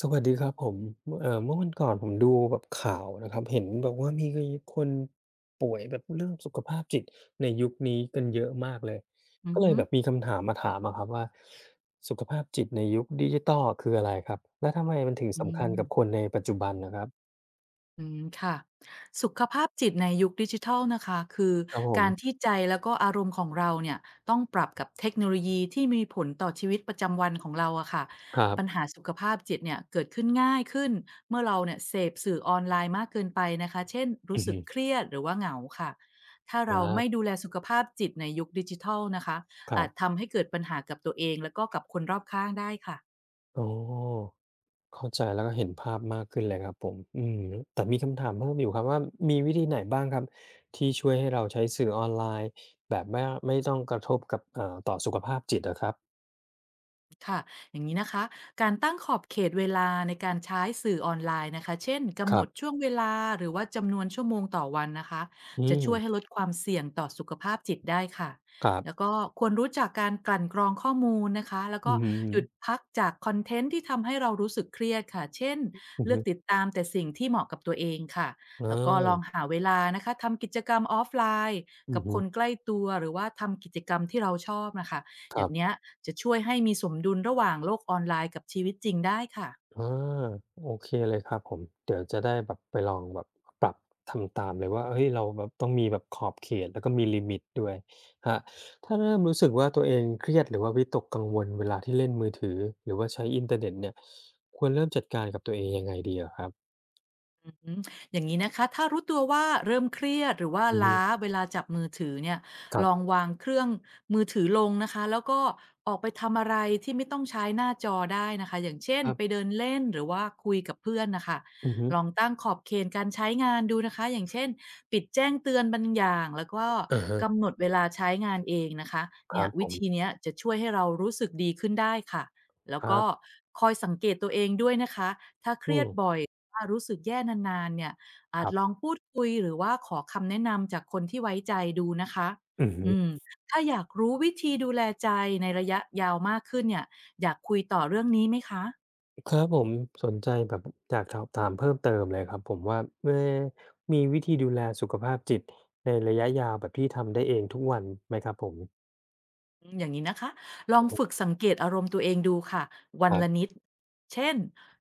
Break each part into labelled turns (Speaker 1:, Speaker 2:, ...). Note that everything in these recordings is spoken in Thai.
Speaker 1: สวัสดีครับผมเมื่อวันก่อนผมดูแบบข่าวนะครับเห็นแบบว่ามีคนป่วยแบบเรื่องสุขภาพจิตในยุคนี้กันเยอะมากเลย
Speaker 2: อือ
Speaker 1: ก็เลย
Speaker 2: ฮึ
Speaker 1: แบบมีคำถามมาถามอะครับว่าสุขภาพจิตในยุคดิจิตอลคืออะไรครับและทำไมมันถึง
Speaker 2: อื
Speaker 1: สำคั
Speaker 2: ม
Speaker 1: ญกับคนในปัจจุบันนะครับ
Speaker 2: อืมค่ะสุขภาพจิตในยุคดิจิทัลนะคะคือ
Speaker 1: ครับผ
Speaker 2: การ
Speaker 1: ม
Speaker 2: ที่ใจแล้วก็อารมณ์ของเราเนี่ยต้องปรับกับเทคโนโลยีที่มีผลต่อชีวิตประจำวันของเราอะค่ะ
Speaker 1: ครั
Speaker 2: ปัญ
Speaker 1: บ
Speaker 2: หาสุขภาพจิตเนี่ยเกิดขึ้นง่ายขึ้นเมื่อเราเนี่ยเสพสื่อออนไลน์มากเกินไปนะคะเช่นรู้
Speaker 1: อือ
Speaker 2: สึก
Speaker 1: ฮึ
Speaker 2: เครียดหรือว่าเหงาค่ะถ้า
Speaker 1: ค
Speaker 2: เรา
Speaker 1: รั
Speaker 2: ไม่
Speaker 1: บ
Speaker 2: ดูแลสุขภาพจิตในยุคดิจิทัลนะคะ
Speaker 1: ครั
Speaker 2: อาจ
Speaker 1: บ
Speaker 2: ทำให้เกิดปัญหากับตัวเองแล้วก็กับคนรอบข้างได้ค่ะ
Speaker 1: อ๋อ เข้าใจแล้วก็เห็นภาพมากขึ้นเลยครับผมอืมแต่มีคำถามเพิ่มอยู่ครับว่ามีวิธีไหนบ้างครับที่ช่วยให้เราใช้สื่อออนไลน์แบบไม่ต้องกระทบกับเอ่อต่อสุขภาพจิตอะครับ
Speaker 2: ค่ะอย่างนี้นะคะการตั้งขอบเขตเวลาในการใช้สื่อออนไลน์นะคะเช่นกำ
Speaker 1: ค
Speaker 2: หน
Speaker 1: รั
Speaker 2: ด
Speaker 1: บ
Speaker 2: ช่วงเวลาหรือว่าจำนวนชั่วโมงต่อวันนะคะ
Speaker 1: อื
Speaker 2: จะช่วยให้ล
Speaker 1: ม
Speaker 2: ดความเสี่ยงต่อสุขภาพจิตได้ค่ะ
Speaker 1: ครั
Speaker 2: แล้ว
Speaker 1: บ
Speaker 2: ก็ควรรู้จักการกลั่นกรองข้อมูลนะคะแล้ว
Speaker 1: อื
Speaker 2: ก็
Speaker 1: อ
Speaker 2: หยุดพักจากคอนเทนต์ที่ทำให้เรารู้สึกเครียดค่ะเช่น
Speaker 1: อืม
Speaker 2: เลื
Speaker 1: อ
Speaker 2: อกติ
Speaker 1: ม
Speaker 2: ดตามแต่สิ่งที่เหมาะกับตัวเองค่ะแล้วก็ลอ
Speaker 1: อา
Speaker 2: งหาเวลานะคะทำกิจกรรมออฟไลน์
Speaker 1: อื
Speaker 2: กั
Speaker 1: อ
Speaker 2: บค
Speaker 1: ฮึ
Speaker 2: นใกล้ตัวหรือว่าทำกิจกรรมที่เราชอบนะคะ
Speaker 1: ค
Speaker 2: อ
Speaker 1: รั
Speaker 2: ย่างเนี้
Speaker 1: บ
Speaker 2: ย จะช่วยให้มีสมดุลระหว่างโลกออนไลน์กับชีวิตจริงได้ค่ะ
Speaker 1: อาโอเคเลยครับผมเดี๋ยวจะได้แบบไปลองแบบปรับทำตามเลยว่าเฮ้ยเราแบบต้องมีแบบขอบเขตแล้วก็มีลิมิตด้วยครับถ้าเริ่มรู้สึกว่าตัวเองเครียดหรือว่าวิตกกังวลเวลาที่เล่นมือถือหรือว่าใช้อินเทอร์เน็ตเนี่ยควรเริ่มจัดการกับตัวเองยังไงดีเหรอครับ
Speaker 2: อืมอย่างงี้นะคะถ้ารู้ตัวว่าเริ่มเครียดหรือว่า
Speaker 1: อือฮึ
Speaker 2: ล้าเวลาจับมือถือเนี่ย
Speaker 1: ครั
Speaker 2: ลอง
Speaker 1: บ
Speaker 2: วางเครื่องมือถือลงนะคะแล้วก็ออกไปทำอะไรที่ไม่ต้องใช้หน้าจอได้นะคะอย่างเช่น
Speaker 1: ครั
Speaker 2: ไป
Speaker 1: บ
Speaker 2: เดินเล่นหรือว่าคุยกับเพื่อนนะคะ
Speaker 1: อือฮึ
Speaker 2: ลองตั้งขอบเขตการใช้งานดูนะคะอย่างเช่นปิดแจ้งเตือนบางอย่างแล้วก็
Speaker 1: อะ
Speaker 2: กำ
Speaker 1: ฮะ
Speaker 2: หนดเวลาใช้งานเองนะคะ
Speaker 1: ค
Speaker 2: เนี่
Speaker 1: รั
Speaker 2: ย
Speaker 1: บผ
Speaker 2: วิ
Speaker 1: ม
Speaker 2: ธีเนี้ยจะช่วยให้เรารู้สึกดีขึ้นได้ค่ะแล้ว
Speaker 1: ครั
Speaker 2: ก็
Speaker 1: บ
Speaker 2: คอยสังเกตตัวเองด้วยนะคะถ้าเค
Speaker 1: อื
Speaker 2: รียด
Speaker 1: ม
Speaker 2: บ่อย ว่ารู้สึกแย่นานๆเนี่ย
Speaker 1: ค
Speaker 2: อาจ
Speaker 1: รั
Speaker 2: ลอง
Speaker 1: บ
Speaker 2: พูดคุยหรือว่าขอคำแนะนำจากคนที่ไว้ใจดูนะคะ
Speaker 1: อือฮึ
Speaker 2: อืมถ้าอยากรู้วิธีดูแลใจในระยะยาวมากขึ้นเนี่ยอยากคุยต่อเรื่องนี้ไหมคะ
Speaker 1: ครับผมสนใจแบบอยากสอบถามเพิ่มเติมเลยครับผมว่ามีวิธีดูแลสุขภาพจิตในระยะยาวแบบที่ทำได้เองทุกวันไหมครับผม
Speaker 2: อืมอย่างนี้นะคะลอง
Speaker 1: อือ
Speaker 2: ฝึก
Speaker 1: ฮึ
Speaker 2: สังเกตอารมณ์ตัวเองดูค่ะวั
Speaker 1: ค
Speaker 2: น
Speaker 1: รั
Speaker 2: ละ
Speaker 1: บ
Speaker 2: นิดเช่น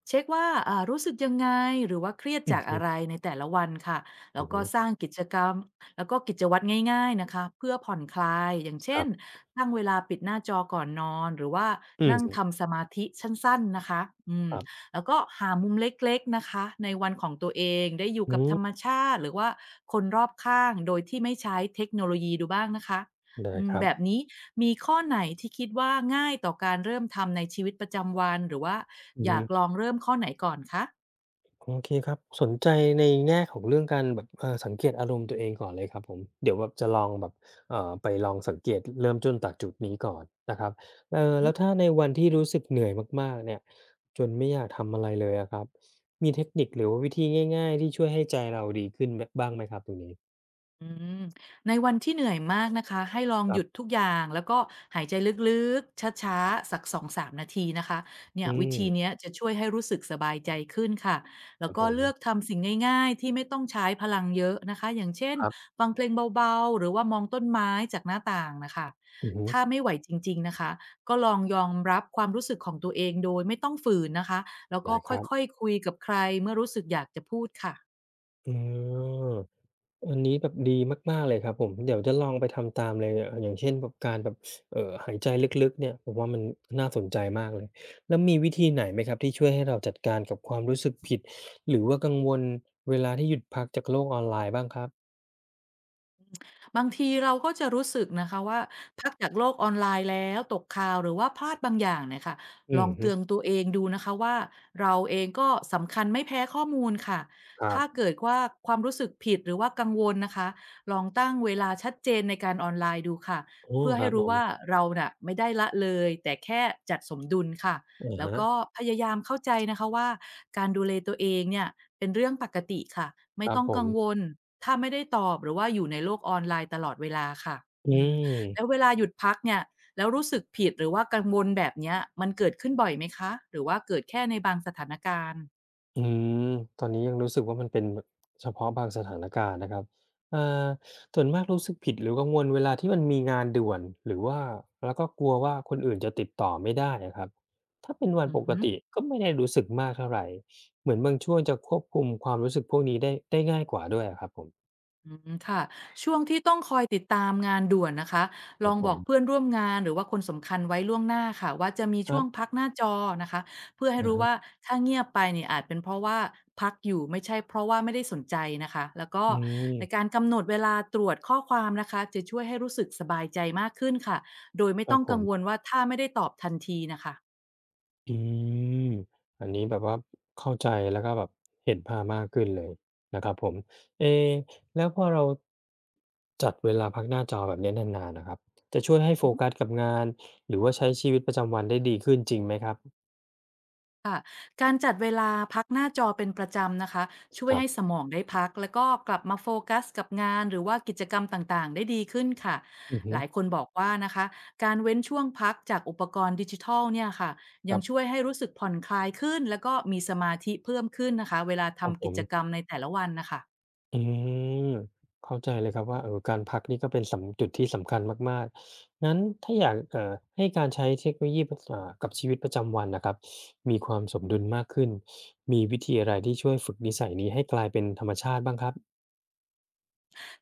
Speaker 2: เช็คว่ารู้สึกยังไงหรือว่าเครียด
Speaker 1: อือ
Speaker 2: จาก
Speaker 1: ฮึ
Speaker 2: อะไรในแต่ละวันค่ะแล้
Speaker 1: อื
Speaker 2: ว
Speaker 1: อ
Speaker 2: ก็
Speaker 1: ฮึ
Speaker 2: สร้างกิจกรรมแล้วก็กิจวัตรง่ายๆนะคะเพื่อผ่อนคลายอย่าง
Speaker 1: ค
Speaker 2: เช่น
Speaker 1: รับ
Speaker 2: ตั้งเวลาปิดหน้าจอก่อนนอนหรือว่า
Speaker 1: อื
Speaker 2: นั่ง
Speaker 1: ม
Speaker 2: ทำสมาธิสั้นๆนะคะอืม
Speaker 1: ครับ
Speaker 2: แล้วก็หามุมเล็กๆนะคะในวันของตัวเองได้อยู่
Speaker 1: อื
Speaker 2: กับธรรม
Speaker 1: ม
Speaker 2: ชาติหรือว่าคนรอบข้างโดยที่ไม่ใช้เทคโนโลยีดูบ้างนะคะ
Speaker 1: ได้
Speaker 2: อื
Speaker 1: ค
Speaker 2: ม
Speaker 1: รั
Speaker 2: แบ
Speaker 1: บ
Speaker 2: บนี้มีข้อไหนที่คิดว่าง่ายต่อการเริ่มทำในชีวิตประจำวันหรือว่า
Speaker 1: อือ
Speaker 2: อยา
Speaker 1: ฮึ
Speaker 2: กลองเริ่มข้อไหนก่อนคะ
Speaker 1: โอเคครับสนใจในแง่ของเรื่องการแบบสังเกตอารมณ์ตัวเองก่อนเลยครับผมเดี๋ยวแบบจะลองแบบไปลองสังเกตเริ่มต้นจากจุดนี้ก่อนนะครับแล้วถ้าในวันที่รู้สึกเหนื่อยมากๆเนี่ยจนไม่อยากทำอะไรเลยอะครับมีเทคนิคหรือว่าวิธีง่ายๆที่ช่วยให้ใจเราดีขึ้นบบ้างไหมครับตรงนี้
Speaker 2: อืมในวันที่เหนื่อยมากนะคะให้ลอง
Speaker 1: ค
Speaker 2: ห
Speaker 1: รั
Speaker 2: ยุด
Speaker 1: บ
Speaker 2: ทุกอย่างแล้วก็หายใจลึกๆช้าๆสักสองถึงสามนาทีนะคะเนี่ย
Speaker 1: อื
Speaker 2: วิ
Speaker 1: ม
Speaker 2: ธีเนี้ยจะช่วยให้รู้สึกสบายใจขึ้นค่ะ
Speaker 1: ค
Speaker 2: แล้ว
Speaker 1: รับ
Speaker 2: ก็
Speaker 1: ผม
Speaker 2: เลือกทำสิ่งง่ายๆที่ไม่ต้องใช้พลังเยอะนะคะอย่างเช่น
Speaker 1: ครับ
Speaker 2: ฟังเพลงเบาๆหรือว่ามองต้นไม้จากหน้าต่างนะคะ
Speaker 1: อือฮึ
Speaker 2: ถ้าไม่ไหวจริงๆนะคะก็ลองยอมรับความรู้สึกของตัวเองโดยไม่ต้องฝืนนะคะแล้วก็
Speaker 1: ได้ครับ
Speaker 2: ค่อยๆคุยกับใครเมื่อรู้สึกอยากจะพูดค่ะ
Speaker 1: อืม อันนี้แบบดีมากๆเลยครับผมเดี๋ยวจะลองไปทำตามเลยอย่างเช่นแบบการแบบหายใจลึกๆเนี่ยผมว่ามันน่าสนใจมากเลยแล้วมีวิธีไหนไหมครับที่ช่วยให้เราจัดการกับความรู้สึกผิดหรือว่ากังวลเวลาที่หยุดพักจากโลกออนไลน์บ้างครับ
Speaker 2: บางทีเราก็จะรู้สึกนะคะว่าพักจากโลกออนไลน์แล้วตกข่าวหรือว่าพลาดบางอย่างเนี่ยค่ะล
Speaker 1: อื
Speaker 2: อ
Speaker 1: อ
Speaker 2: ง
Speaker 1: ฮึ
Speaker 2: เตือนตัวเองดูนะคะว่าเราเองก็สำคัญไม่แพ้ข้อมูลค่ะ
Speaker 1: ครั
Speaker 2: ถ้า
Speaker 1: บ
Speaker 2: เกิดว่าความรู้สึกผิดหรือว่ากังวลนะคะลองตั้งเวลาชัดเจนในการออนไลน์ดูค่ะ
Speaker 1: โอ้
Speaker 2: เพื่อ
Speaker 1: ค
Speaker 2: ให้
Speaker 1: รับผ
Speaker 2: รู้
Speaker 1: ม
Speaker 2: ว่าเราน่ะไม่ได้ละเลยแต่แค่จัดสมดุลค่ะ
Speaker 1: อะ
Speaker 2: แล้ว
Speaker 1: ฮะ
Speaker 2: ก็พยายามเข้าใจนะคะว่าการดูแลตัวเองเนี่ยเป็นเรื่องปกติค่ะ
Speaker 1: ค
Speaker 2: ไม่
Speaker 1: รับ
Speaker 2: ต้อง
Speaker 1: ผ
Speaker 2: กั
Speaker 1: ม
Speaker 2: งวล ถ้าไม่ได้ตอบหรือว่าอยู่ในโลกออนไลน์ตลอดเวลาค่ะ
Speaker 1: อื
Speaker 2: อืมแล้ว
Speaker 1: ม
Speaker 2: เวลาหยุดพักเนี่ยแล้วรู้สึกผิดหรือว่ากังวลแบบเนี้ยมันเกิดขึ้นบ่อยไหมคะหรือว่าเกิดแค่ในบางสถานการณ์
Speaker 1: อืมตอนนี้ยังรู้สึกว่ามันเป็นแบบเฉพาะบางสถานการณ์นะครับอ่าส่วนมากรู้สึกผิดหรือกังวลเวลาที่มันมีงานด่วนหรือว่าแล้วก็กลัวว่าคนอื่นจะติดต่อไม่ได้อะครับถ้าเป็นวัน
Speaker 2: อื
Speaker 1: ป
Speaker 2: อ
Speaker 1: ก
Speaker 2: ฮึ
Speaker 1: ติก็ไม่ได้รู้สึกมากเท่าไหร่ เหมือนบางช่วงจะควบคุมความรู้สึกพวกนี้ได้ง่ายกว่าด้วยอะครับผม
Speaker 2: อืมค่ะช่วงที่ต้องคอยติดตามงานด่วนนะคะ
Speaker 1: ค
Speaker 2: ล
Speaker 1: รั
Speaker 2: อ
Speaker 1: บ
Speaker 2: ง
Speaker 1: ผ
Speaker 2: บอ
Speaker 1: ม
Speaker 2: กเพื่อนร่วมงานหรือว่าคนสำคัญไว้ล่วงหน้าค่ะว่าจะมี
Speaker 1: ค
Speaker 2: ช่
Speaker 1: รั
Speaker 2: วง
Speaker 1: บ
Speaker 2: พักหน้าจอนะคะเพื่อให้
Speaker 1: อะ
Speaker 2: รู้
Speaker 1: ฮะ
Speaker 2: ว่าถ้าเงียบไปเนี่ยอาจเป็นเพราะว่าพักอยู่ไม่ใช่เพราะว่าไม่ได้สนใจนะคะแล้วก็
Speaker 1: อืม
Speaker 2: ในการกำหนดเวลาตรวจข้อความนะคะจะช่วยให้รู้สึกสบายใจมากขึ้นค่ะโดยไม่
Speaker 1: ครั
Speaker 2: ต้
Speaker 1: บ
Speaker 2: อง
Speaker 1: ผ
Speaker 2: กัง
Speaker 1: ม
Speaker 2: วลว่าถ้าไม่ได้ตอบทันทีนะคะ
Speaker 1: อืมอันนี้แบบว่าเข้าใจแล้วก็แบบเห็นภาพมากขึ้นเลยนะครับผมเอะแล้วพอเราจัดเวลาพักหน้าจอแบบนี้นานๆนะครับจะช่วยให้โฟกัสกับงานหรือว่าใช้ชีวิตประจำวันได้ดีขึ้นจริงไหมครับ
Speaker 2: ค่ะการจัดเวลาพักหน้าจอเป็นประจำนะคะช่ว
Speaker 1: ค
Speaker 2: ย
Speaker 1: รั
Speaker 2: ให้ส
Speaker 1: บ
Speaker 2: มองได้พักแล้วก็กลับมาโฟกัสกับงานหรือว่ากิจกรรมต่างๆได้ดีขึ้นค่ะ
Speaker 1: อือฮึ
Speaker 2: หลายคนบอกว่านะคะการเว้นช่วงพักจากอุปกรณ์ดิจิทัลเนี่ยค่ะ
Speaker 1: ค
Speaker 2: ยั
Speaker 1: รั
Speaker 2: งช่วย
Speaker 1: บ
Speaker 2: ให้รู้สึกผ่อนคลายขึ้นแล้วก็มีสมาธิเพิ่มขึ้นนะคะเวลา
Speaker 1: ครับ
Speaker 2: ทำ
Speaker 1: ผ
Speaker 2: กิ
Speaker 1: ม
Speaker 2: จกรรมในแต่ละวันนะคะ
Speaker 1: อืมเข้าใจเลยครับว่าเออการพักนี่ก็เป็นจุดที่สำคัญมากๆงั้นถ้าอยากให้การใช้เทคโนโลยีปอ่ากับชีวิตประจำวันน่ะครับมีความสมดุลมากขึ้นมีวิธีอะไรที่ช่วยฝึกนิสัยนี้ให้กลายเป็นธรรมชาติบ้างครับ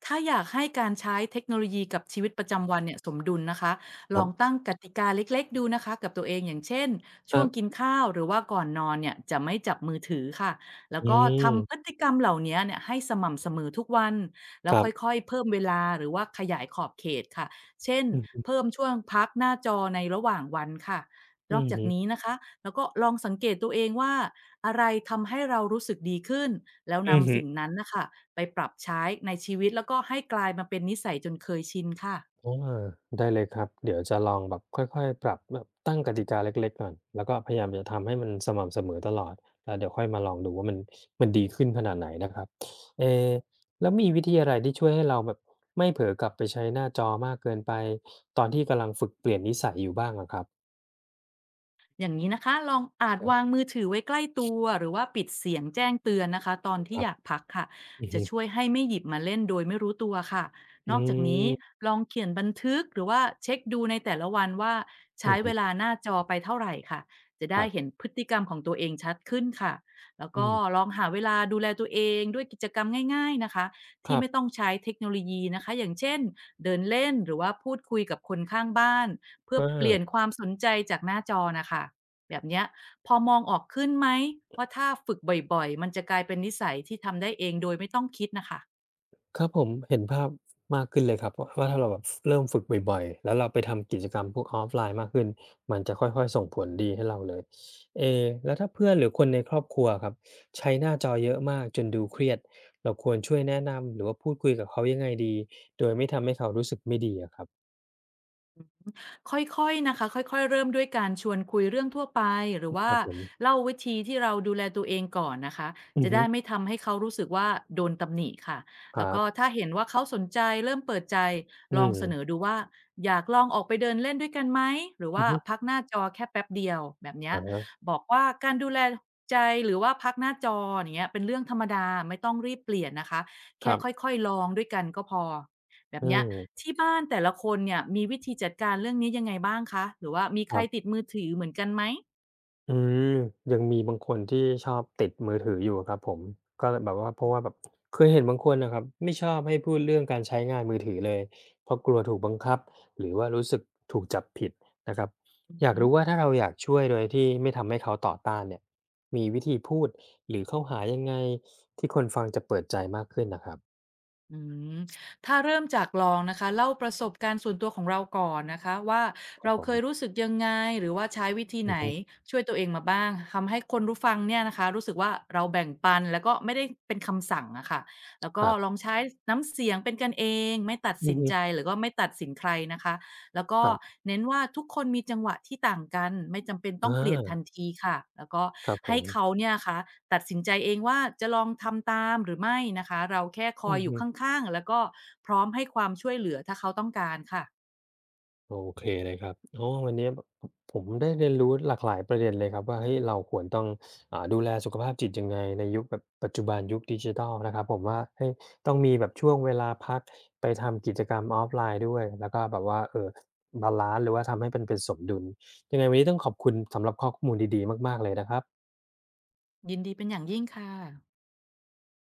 Speaker 2: ถ้าอยากให้การใช้เทคโนโลยีกับชีวิตประจำวันเนี่ยสมดุลนะคะ
Speaker 1: ค
Speaker 2: ล
Speaker 1: รั
Speaker 2: อ
Speaker 1: บ
Speaker 2: งตั้งกติกาเล็กๆดูนะคะกับตัวเองอย่างเช่น
Speaker 1: ค
Speaker 2: ช่ว
Speaker 1: รั
Speaker 2: งกิ
Speaker 1: บ
Speaker 2: นข้าวหรือว่าก่อนนอนเนี่ยจะไม่จับมือถือค่ะแล้ว
Speaker 1: อื
Speaker 2: ก็ทำพฤ
Speaker 1: ม
Speaker 2: ติกรรมเหล่านี้เนี่ยให้สม่ำเสมอทุกวันแล้
Speaker 1: ค
Speaker 2: ว
Speaker 1: รั
Speaker 2: ค
Speaker 1: บ
Speaker 2: ่อยๆเพิ่มเวลาหรือว่าขยายขอบเขตค่ะเช่น
Speaker 1: อือฮึ
Speaker 2: เพิ่มช่วงพักหน้าจอในระหว่างวันค่ะน
Speaker 1: อื
Speaker 2: อก
Speaker 1: อ
Speaker 2: จาก
Speaker 1: ฮึ
Speaker 2: นี้นะคะแล้วก็ลองสังเกตตัวเองว่า อะไรทำให้เรารู้สึกดีขึ้นแล้ว
Speaker 1: อือ
Speaker 2: นำ
Speaker 1: ฮึ
Speaker 2: สิ่งนั้นนะคะไปปรับใช้ในชีวิตแล้วก็ให้กลายมาเป็นนิสัยจนเคยชินค่ะ
Speaker 1: อาได้เลยครับเดี๋ยวจะลองแบบค่อยๆปรับแบบตั้งกติกาเล็กๆก่อนแล้วก็พยายามจะทำให้มันสม่ำเสมอตลอดแล้วเดี๋ยวค่อยมาลองดูว่ามันดีขึ้นขนาดไหนนะครับเอแล้วมีวิธีอะไรที่ช่วยให้เราแบบไม่เผลอกลับไปใช้หน้าจอมากเกินไปตอนที่กำลังฝึกเปลี่ยนนิสัยอยู่บ้างอะครับ
Speaker 2: อย่างนี้นะคะลองอาจ
Speaker 1: ครั
Speaker 2: วาง
Speaker 1: บ
Speaker 2: มือถือไว้ใกล้ตัวหรือว่าปิดเสียงแจ้งเตือนนะคะตอน
Speaker 1: ค
Speaker 2: ที่
Speaker 1: รั
Speaker 2: อ
Speaker 1: บ
Speaker 2: ยากพักค่ะ
Speaker 1: อือ
Speaker 2: จะ
Speaker 1: ฮึ
Speaker 2: ช่วยให้ไม่หยิบมาเล่นโดยไม่รู้ตัวค่ะ
Speaker 1: อื
Speaker 2: นอกจากนี้
Speaker 1: ม
Speaker 2: ลองเขียนบันทึกหรือว่าเช็คดูในแต่ละวันว่า
Speaker 1: อื
Speaker 2: ใช้
Speaker 1: อ
Speaker 2: เว
Speaker 1: ฮึ
Speaker 2: ลาหน้าจอไปเท่าไหร่ค่ะจะ
Speaker 1: ค
Speaker 2: ได้
Speaker 1: รั
Speaker 2: เห็
Speaker 1: บ
Speaker 2: นพฤติกรรมของตัวเองชัดขึ้นค่ะแล้ว
Speaker 1: อื
Speaker 2: ก็
Speaker 1: ม
Speaker 2: ลองหาเวลาดูแลตัวเองด้วยกิจกรรมง่ายๆนะคะ
Speaker 1: ค
Speaker 2: ที่
Speaker 1: รั
Speaker 2: ไม่ต้อ
Speaker 1: บ
Speaker 2: งใช้เทคโนโลยีนะคะอย่างเช่นเดินเล่นหรือว่าพูดคุยกับคนข้างบ้าน เพื่อ
Speaker 1: อ
Speaker 2: เปลี่ยน
Speaker 1: า
Speaker 2: ความสนใจจากหน้าจอน่ะค่ะแบบเนี้ยพอมองออกขึ้นไหมว่าถ้าฝึกบ่อยๆมันจะกลายเป็นนิสัยที่ทำได้เองโดยไม่ต้องคิดน่ะค่ะ
Speaker 1: ครับผมเห็นภาพมากขึ้นเลยครับวว่าถ้าเราแบบเริ่มฝึกบ่อยๆแล้วเราไปทำกิจกรรมพวก offline มากขึ้นมันจะค่อยๆส่งผลดีให้เราเลยเอแล้วถ้าเพื่อนหรือคนในครอบครัวครับใช้หน้าจอเยอะมากจนดูเครียดเราควรช่วยแนะนำหรือว่าพูดคุยกับเขายังไงดีโดยไม่ทำให้เขารู้สึกไม่ดีอะครับ
Speaker 2: ค่อยๆนะคะค่อยๆเริ่มด้วยการชวนคุยเรื่องทั่วไปหรือ
Speaker 1: ค
Speaker 2: ว่า
Speaker 1: รับผม
Speaker 2: เล่าวิธีที่เราดูแลตัวเองก่อนนะคะ
Speaker 1: อือ
Speaker 2: จะ
Speaker 1: ฮึ
Speaker 2: ได้ไม่ทำให้เขารู้สึกว่าโดนตำหนิค่ะ
Speaker 1: ค
Speaker 2: แล้ว
Speaker 1: รั
Speaker 2: ก็
Speaker 1: บ
Speaker 2: ถ้าเห็นว่าเขาสนใจเริ่มเปิดใจ
Speaker 1: อื
Speaker 2: ลองเสนอ
Speaker 1: ม
Speaker 2: ดูว่าอยากลองออกไปเดินเล่นด้วยกันไหมหรือ
Speaker 1: อื
Speaker 2: ว่า
Speaker 1: อฮึ
Speaker 2: พักหน้าจอแค่แป๊บเดียวแบบเนี้ย
Speaker 1: อะฮะ
Speaker 2: บอกว่าการดูแลใจหรือว่าพักหน้าจออย่างเงี้ยเป็นเรื่องธรรมดาไม่ต้องรีบเปลี่ยนนะคะ
Speaker 1: ค
Speaker 2: แค่
Speaker 1: รับ
Speaker 2: ค่อยๆลองด้วยกันก็พอแบบ
Speaker 1: อื
Speaker 2: เนี้ย
Speaker 1: ม
Speaker 2: ที่บ้านแต่ละคนเนี่ยมีวิธีจัดการเรื่องนี้ยังไงบ้างคะหรือว่ามีใค
Speaker 1: ค
Speaker 2: ร
Speaker 1: รั
Speaker 2: ติด
Speaker 1: บ
Speaker 2: มือถือเหมือนกันไหม
Speaker 1: อืมยังมีบางคนที่ชอบติดมือถืออยู่ครับผมก็แบบว่าเพราะว่าแบบเคยเห็นบางคนนะครับไม่ชอบให้พูดเรื่องการใช้งานมือถือเลยเพราะกลัวถูกบังคับหรือว่ารู้สึกถูกจับผิดนะครับ
Speaker 2: อือ
Speaker 1: อยาก
Speaker 2: ฮึ
Speaker 1: รู้ว่าถ้าเราอยากช่วยโดยที่ไม่ทำให้เขาต่อต้านเนี่ยมีวิธีพูดหรือเข้าหายังไงที่คนฟังจะเปิดใจมากขึ้นนะครับ
Speaker 2: อืมถ้าเริ่มจากลองนะคะเล่าประสบการณ์ส่วนตัวของเราก่อนนะคะว่า
Speaker 1: ครับ
Speaker 2: เรา
Speaker 1: ผ
Speaker 2: เค
Speaker 1: ม
Speaker 2: ยรู้สึกยังไงหรือว่าใช้วิธี
Speaker 1: อื
Speaker 2: ไห
Speaker 1: อ
Speaker 2: น
Speaker 1: ฮึ
Speaker 2: ช่วยตัวเองมาบ้างทำให้คนรู้ฟังเนี่ยนะคะรู้สึกว่าเราแบ่งปันแล้วก็ไม่ได้เป็นคำสั่งอะค่ะแล้ว
Speaker 1: ค
Speaker 2: ก็
Speaker 1: รับ
Speaker 2: ลองใช้น้ำเสียงเป็นกันเองไม่ตัด
Speaker 1: อือ
Speaker 2: สิน
Speaker 1: ฮึ
Speaker 2: ใจหรือก็ไม่ตัดสินใครนะคะ แล้วก็
Speaker 1: ครับ
Speaker 2: เน้นว่าทุกคนมีจังหวะที่ต่างกันไม่จำเป็นต้
Speaker 1: อ
Speaker 2: องเปลี่ยนทัน
Speaker 1: า
Speaker 2: ทีค่ะแล้วก็
Speaker 1: ครับผ
Speaker 2: ให้
Speaker 1: ม
Speaker 2: เขาเนี่ยคะตัดสินใจเองว่าจะลองทำตามหรือไม่นะคะเราแค่คอ
Speaker 1: อื
Speaker 2: ย
Speaker 1: อ
Speaker 2: อยู่
Speaker 1: ฮึ
Speaker 2: ข้างๆแล้วก็พร้อมให้ความช่วยเหลือถ้าเขาต้องการค่ะ
Speaker 1: โอเคเลยครับโอ้วันนี้ผมได้เรียนรู้หลากหลายประเด็นเลยครับว่าเฮ้ยเราควรต้องดูแลสุขภาพจิตยังไงในยุคแบบปัจจุบันยุคดิจิทัลนะครับผมว่าเฮ้ยต้องมีแบบช่วงเวลาพักไปทำกิจกรรมออฟไลน์ด้วยแล้วก็แบบว่าเออบาลานซ์หรือว่าทำให้เป็นสมดุลยังไงวันนี้ต้องขอบคุณสำหรับข้อมูลดีๆมากๆเลยนะครับ
Speaker 2: ยินดีเป็นอย่างยิ่งค่ะ